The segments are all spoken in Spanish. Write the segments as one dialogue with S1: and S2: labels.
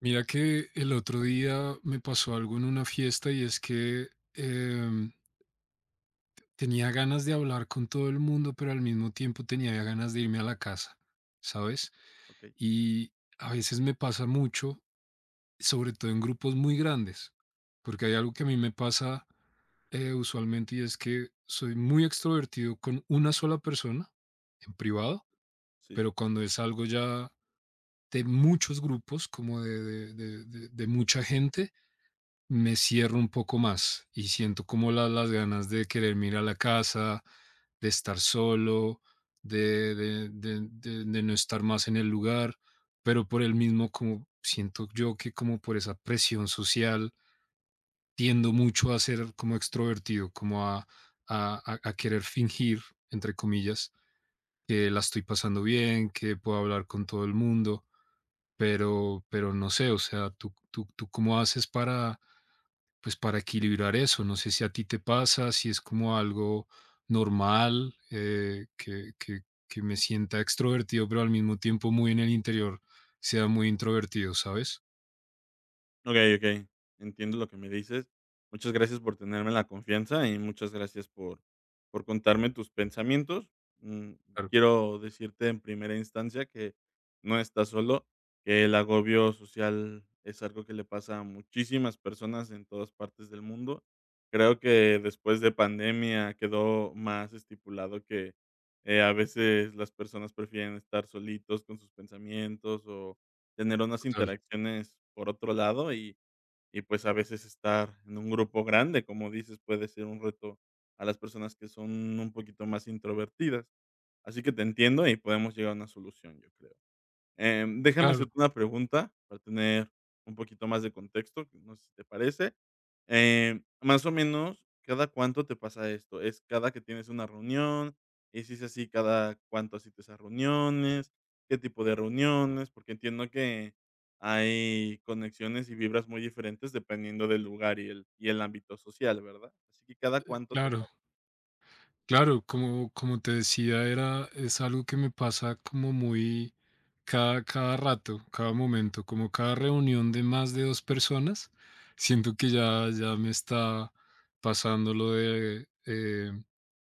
S1: Mira que el otro día me pasó algo en una fiesta y es que em, tenía ganas de hablar con todo el mundo, pero al mismo tiempo tenía ganas de irme a la casa, ¿sabes?
S2: Okey,
S1: Y a veces me pasa mucho, sobre todo en grupos muy grandes, porque hay algo que a mí me pasa usualmente, y es que soy muy extrovertido con una sola persona, en privado,
S2: sí,
S1: pero
S2: sí.
S1: cuando es algo ya de muchos grupos, como de mucha gente, me cierro un poco más y siento como las ganas de querer ir a la casa, de estar solo, de no estar más en el lugar, pero por el mismo, como siento yo, que como por esa presión social tiendo mucho a ser como extrovertido, como a querer fingir, entre comillas, que la estoy pasando bien, que puedo hablar con todo el mundo, pero no sé, o sea, ¿tú cómo haces para, pues, para equilibrar eso? No sé si a ti te pasa, si es como algo normal, que me sienta extrovertido, pero al mismo tiempo muy en el interior sea muy introvertido, ¿sabes?
S2: Okey, okey, entiendo lo que me dices. Muchas gracias por tenerme la confianza y muchas gracias por contarme tus pensamientos. Mm,
S1: Claro,
S2: quiero decirte en primera instancia que no estás solo, que el agobio social es algo que le pasa a muchísimas personas en todas partes del mundo. Creo que después de pandemia quedó más estipulado que, a veces las personas prefieren estar solitos con sus pensamientos o tener unas
S1: total.
S2: interacciones por otro lado. Pues a veces estar en un grupo grande, como dices, puede ser un reto a las personas que son un poquito más introvertidas. Así que te entiendo y podemos llegar a una solución, yo creo. Déjame
S1: Claro,
S2: hacerte una pregunta para tener un poquito más de contexto, que no sé si te parece. Más o menos, ¿cada cuánto te pasa esto? ¿Es cada que tienes una reunión? ¿Y si es así, cada cuánto asistes esas reuniones? ¿Qué tipo de reuniones? Porque entiendo que hay conexiones y vibras muy diferentes dependiendo del lugar y el ámbito social, ¿verdad? Así que cada cuánto te
S1: claro.
S2: pasa.
S1: Claro, como, como te decía, era, es algo que me pasa como muy cada, cada rato, cada momento, como cada reunión de más de dos personas. Siento que ya, ya me está pasando lo de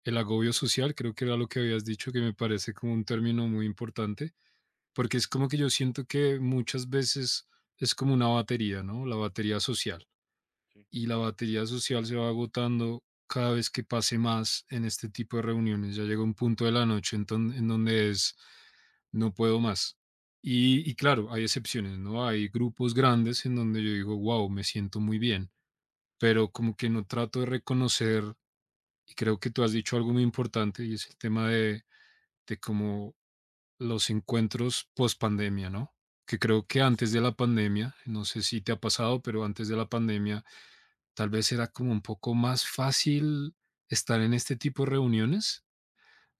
S1: el agobio social, creo que era lo que habías dicho, que me parece como un término muy importante, porque es como que yo siento que muchas veces es como una batería, ¿no? La batería social, y la batería social se va agotando cada vez que pase más en este tipo de reuniones. Ya llega un punto de la noche en, en donde es, no puedo más. Y claro, hay excepciones, ¿no? Hay grupos grandes en donde yo digo, wow, me siento muy bien, pero como que no trato de reconocer, y creo que tú has dicho algo muy importante, y es el tema de como los encuentros post pandemia, ¿no? Que creo que antes
S2: Sí.
S1: de la pandemia, no sé si te ha pasado, pero antes de la pandemia tal vez era como un poco más fácil estar en este tipo de reuniones.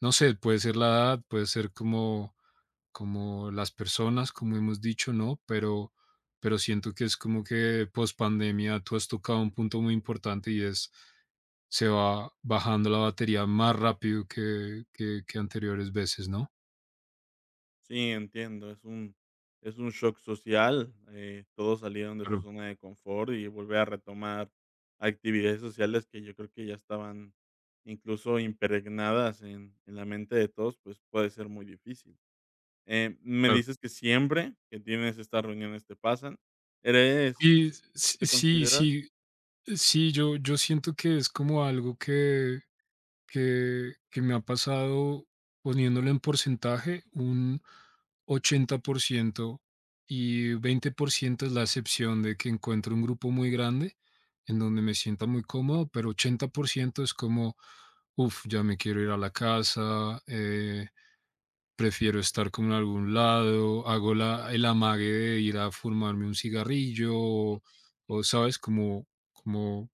S1: No sé, puede ser la edad, puede ser como, como las personas, como hemos dicho, ¿no? Pero siento que es como que post pandemia tú has tocado un punto muy importante, y es se va bajando la batería más rápido que, que anteriores veces, ¿no?
S2: Sí, entiendo, es un shock social. Todos salieron de su
S1: Claro,
S2: zona de confort y volver a retomar actividades sociales que yo creo que ya estaban incluso impregnadas en la mente de todos, pues, puede ser muy difícil. Me
S1: claro.
S2: dices que siempre que tienes estas reuniones te pasan, ¿eres
S1: Y sí,
S2: te
S1: sí,
S2: consideras?
S1: sí, sí, yo siento que es como algo que, que me ha pasado, poniéndolo en porcentaje, un 80%, y 20% es la excepción de que encuentro un grupo muy grande en donde me sienta muy cómodo, pero 80% es como, uff, ya me quiero ir a la casa, prefiero estar como en algún lado, hago la, el amague de ir a fumarme un cigarrillo, o sabes, como, como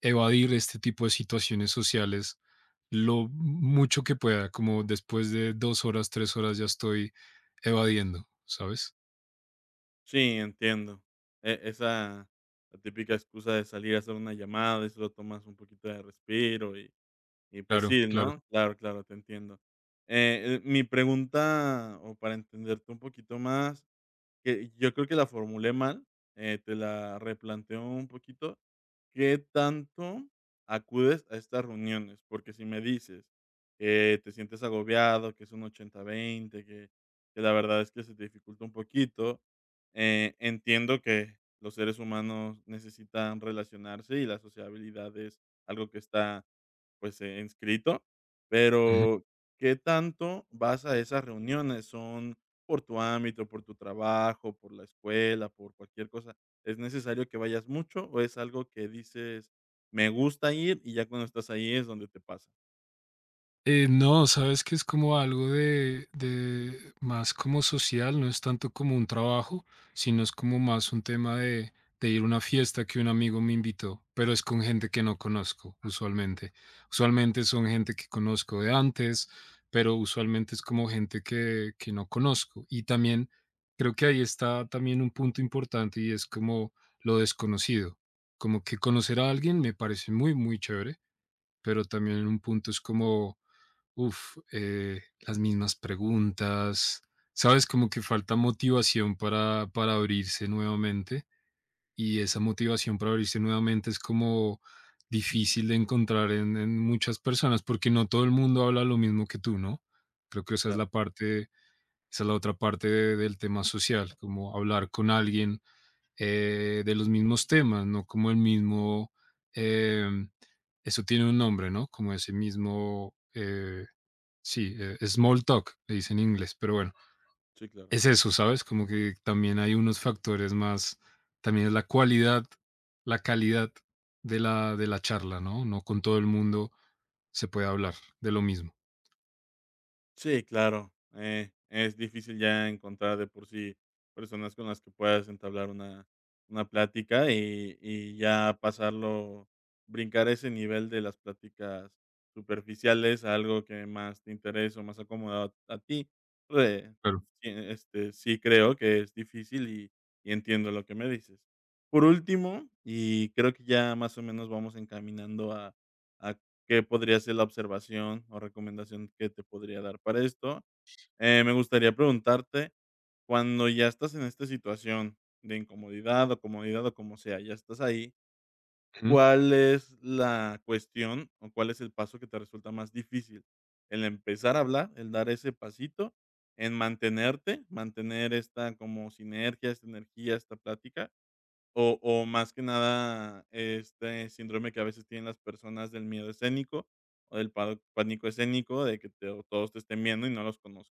S1: evadir este tipo de situaciones sociales lo mucho que pueda. Como después de 2 horas, 3 horas, ya estoy evadiendo, ¿sabes?
S2: Sí, entiendo, esa la típica excusa de salir a hacer una llamada y solo tomas un poquito de respiro. Y pues
S1: Claro,
S2: sí,
S1: claro.
S2: ¿no? Claro, claro, te entiendo. Mi pregunta, o para entenderte un poquito más, que yo creo que la formulé mal, te la replanteo un poquito. ¿Qué tanto acudes a estas reuniones? Porque si me dices que te sientes agobiado, que es un 80-20, que la verdad es que se te dificulta un poquito, entiendo que los seres humanos necesitan relacionarse y la sociabilidad es algo que está, pues, inscrito, pero ¿qué tanto vas a esas reuniones? ¿Son por tu ámbito, por tu trabajo, por la escuela, por cualquier cosa? ¿Es necesario que vayas mucho o es algo que dices, me gusta ir, y ya cuando estás ahí es donde te pasa?
S1: No, sabes que es como algo de más como social, no es tanto como un trabajo, sino es como más un tema de ir a una fiesta que un amigo me invitó, pero es con gente que no conozco usualmente. Usualmente son gente que conozco de antes, pero usualmente es como gente que no conozco. Y también creo que ahí está también un punto importante, y es como lo desconocido. Como que conocer a alguien me parece muy, muy chévere, pero también en un punto es como uf, las mismas preguntas, ¿sabes? Como que falta motivación para abrirse nuevamente, y esa motivación para abrirse nuevamente es como difícil de encontrar en muchas personas, porque no todo el mundo habla lo mismo que tú, ¿no? Creo que
S2: Sí,
S1: esa es
S2: claro,
S1: la parte, esa es la otra parte del tema social, como hablar con alguien de los mismos temas, no como el mismo, em, eso tiene un nombre, ¿no? Como ese mismo... sí, small talk, le dicen en inglés, pero bueno,
S2: sí, claro.
S1: es eso, ¿sabes? Como que también hay unos factores más, también es la cualidad, la calidad de la charla, ¿no? No con todo el mundo se puede hablar de lo mismo.
S2: Sí, claro. Es difícil ya encontrar de por sí personas con las que puedas entablar una plática, y ya pasarlo, brincar ese nivel de las pláticas superficiales a algo que más te interesa o más acomodado a ti. Re- sí, este, sí creo que es difícil, y entiendo lo que me dices. Por último, y creo que ya más o menos vamos encaminando a que podría ser la observación o recomendación que te podría dar para esto. Me gustaría preguntarte, cuando ya estás en esta situación de incomodidad o comodidad o como sea, ya estás ahí,
S1: Claro.
S2: ¿cuál es la cuestión o cuál es el paso que te resulta más difícil? ¿El empezar a hablar, el dar ese pasito, en mantenerte, mantener esta como sinergia, esta energía, esta plática? O más que nada, este síndrome que a veces tienen las personas del miedo escénico, o del pado pánico escénico, de que te, o todos te estén viendo y no los conozco.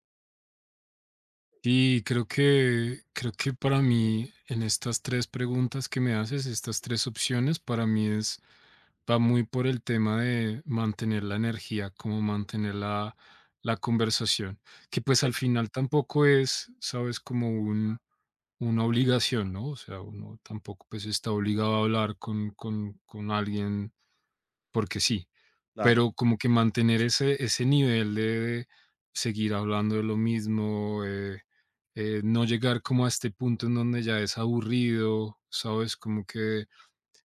S1: Sí, creo que para mí, en estas 3 preguntas que me haces, estas 3 opciones, para mí es va muy por el tema de mantener la energía, como mantener la, la conversación, que, pues, al
S2: Okey,
S1: final tampoco es, ¿sabes?, como un, una obligación, ¿no? O sea, uno tampoco, pues, está obligado a hablar con con alguien porque sí,
S2: claro.
S1: pero como que mantener ese nivel de seguir hablando de lo mismo, no llegar como a este punto en donde ya es aburrido, ¿sabes? Como que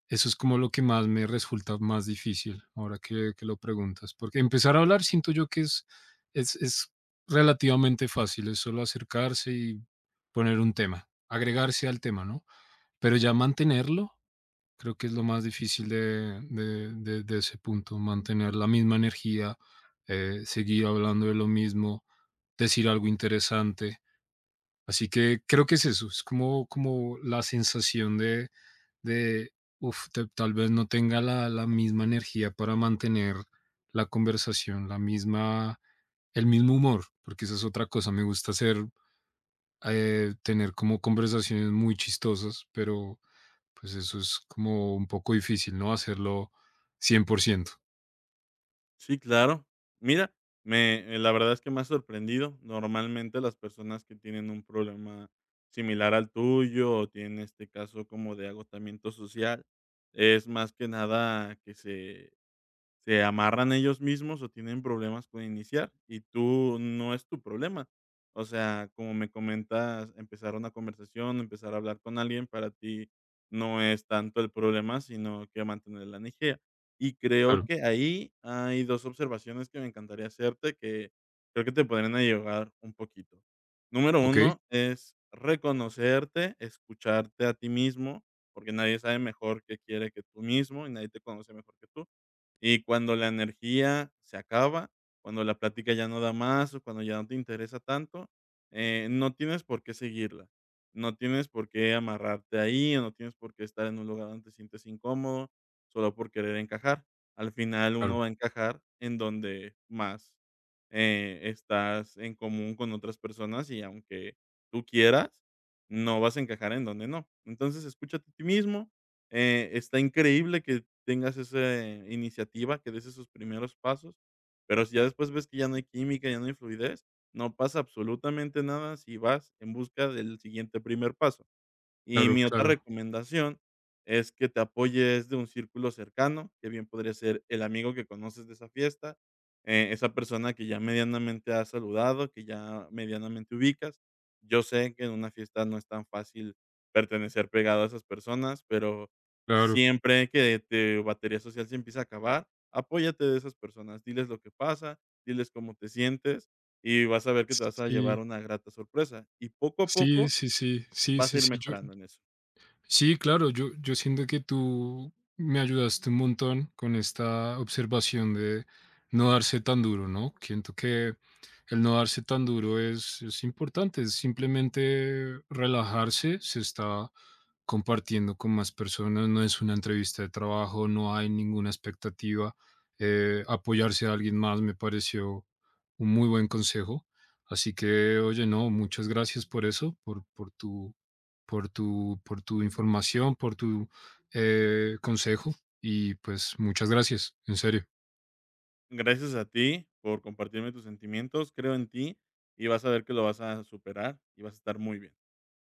S1: eso es como lo que más me resulta más difícil ahora que lo preguntas, porque empezar a hablar siento yo que es relativamente fácil, es solo acercarse y poner un tema, agregarse al tema, ¿no? Pero ya mantenerlo, creo que es lo más difícil de ese punto. Mantener la misma energía, seguir hablando de lo mismo, decir algo interesante. Así que creo que es eso, es como como la sensación de de, uf, te tal vez no tenga la, la misma energía para mantener la conversación, la misma, el mismo humor, porque esa es otra cosa. Me gusta ser, tener como conversaciones muy chistosas, pero pues eso es como un poco difícil, ¿no? Hacerlo 100%.
S2: Sí, claro. Mira, me, la verdad es que me has sorprendido. Normalmente, las personas que tienen un problema similar al tuyo, o tienen este caso como de agotamiento social, es más que nada que se amarran ellos mismos o tienen problemas con iniciar, y tú no es tu problema. O sea, como me comentas, empezar una conversación, empezar a hablar con alguien, para ti no es tanto el problema, sino que mantener la energía. Y creo
S1: Claro,
S2: que ahí hay dos observaciones que me encantaría hacerte, que creo que te podrían ayudar un poquito. Número
S1: okey,
S2: uno es reconocerte, escucharte a ti mismo, porque nadie sabe mejor qué quiere que tú mismo y nadie te conoce mejor que tú. Y cuando la energía se acaba, cuando la plática ya no da más, o cuando ya no te interesa tanto, no tienes por qué seguirla. No tienes por qué amarrarte ahí, o no tienes por qué estar en un lugar donde te sientes incómodo, solo por querer encajar. Al final uno
S1: claro,
S2: va a encajar en donde más, estás en común con otras personas, y aunque tú quieras, no vas a encajar en donde no. Entonces escúchate a ti mismo. Está increíble que tengas esa iniciativa, que des esos primeros pasos, pero si ya después ves que ya no hay química, ya no hay fluidez, no pasa absolutamente nada si vas en busca del siguiente primer paso. Y
S1: claro,
S2: mi otra
S1: claro,
S2: recomendación es que te apoyes de un círculo cercano, que bien podría ser el amigo que conoces de esa fiesta, esa persona que ya medianamente has saludado, que ya medianamente ubicas. Yo sé que en una fiesta no es tan fácil pertenecer pegado a esas personas, pero
S1: claro.
S2: siempre que tu batería social se empieza a acabar, apóyate de esas personas, diles lo que pasa, diles cómo te sientes, y vas a ver que te vas a llevar
S1: Sí,
S2: una grata sorpresa. Y poco a
S1: sí,
S2: poco
S1: sí, sí, sí,
S2: vas a
S1: sí,
S2: ir
S1: sí, yo
S2: mejorando en eso.
S1: sí, claro, yo siento que tú me ayudaste un montón con esta observación de no darse tan duro, ¿no? Siento que el no darse tan duro es importante, es simplemente relajarse, se está compartiendo con más personas, no es una entrevista de trabajo, no hay ninguna expectativa, apoyarse a alguien más me pareció un muy buen consejo. Así que, oye, no, muchas gracias por eso, por tu, por tu, por tu información, por tu consejo y pues muchas gracias, en serio.
S2: Gracias a ti por compartirme tus sentimientos. Creo en ti y vas a ver que lo vas a superar y vas a estar muy bien.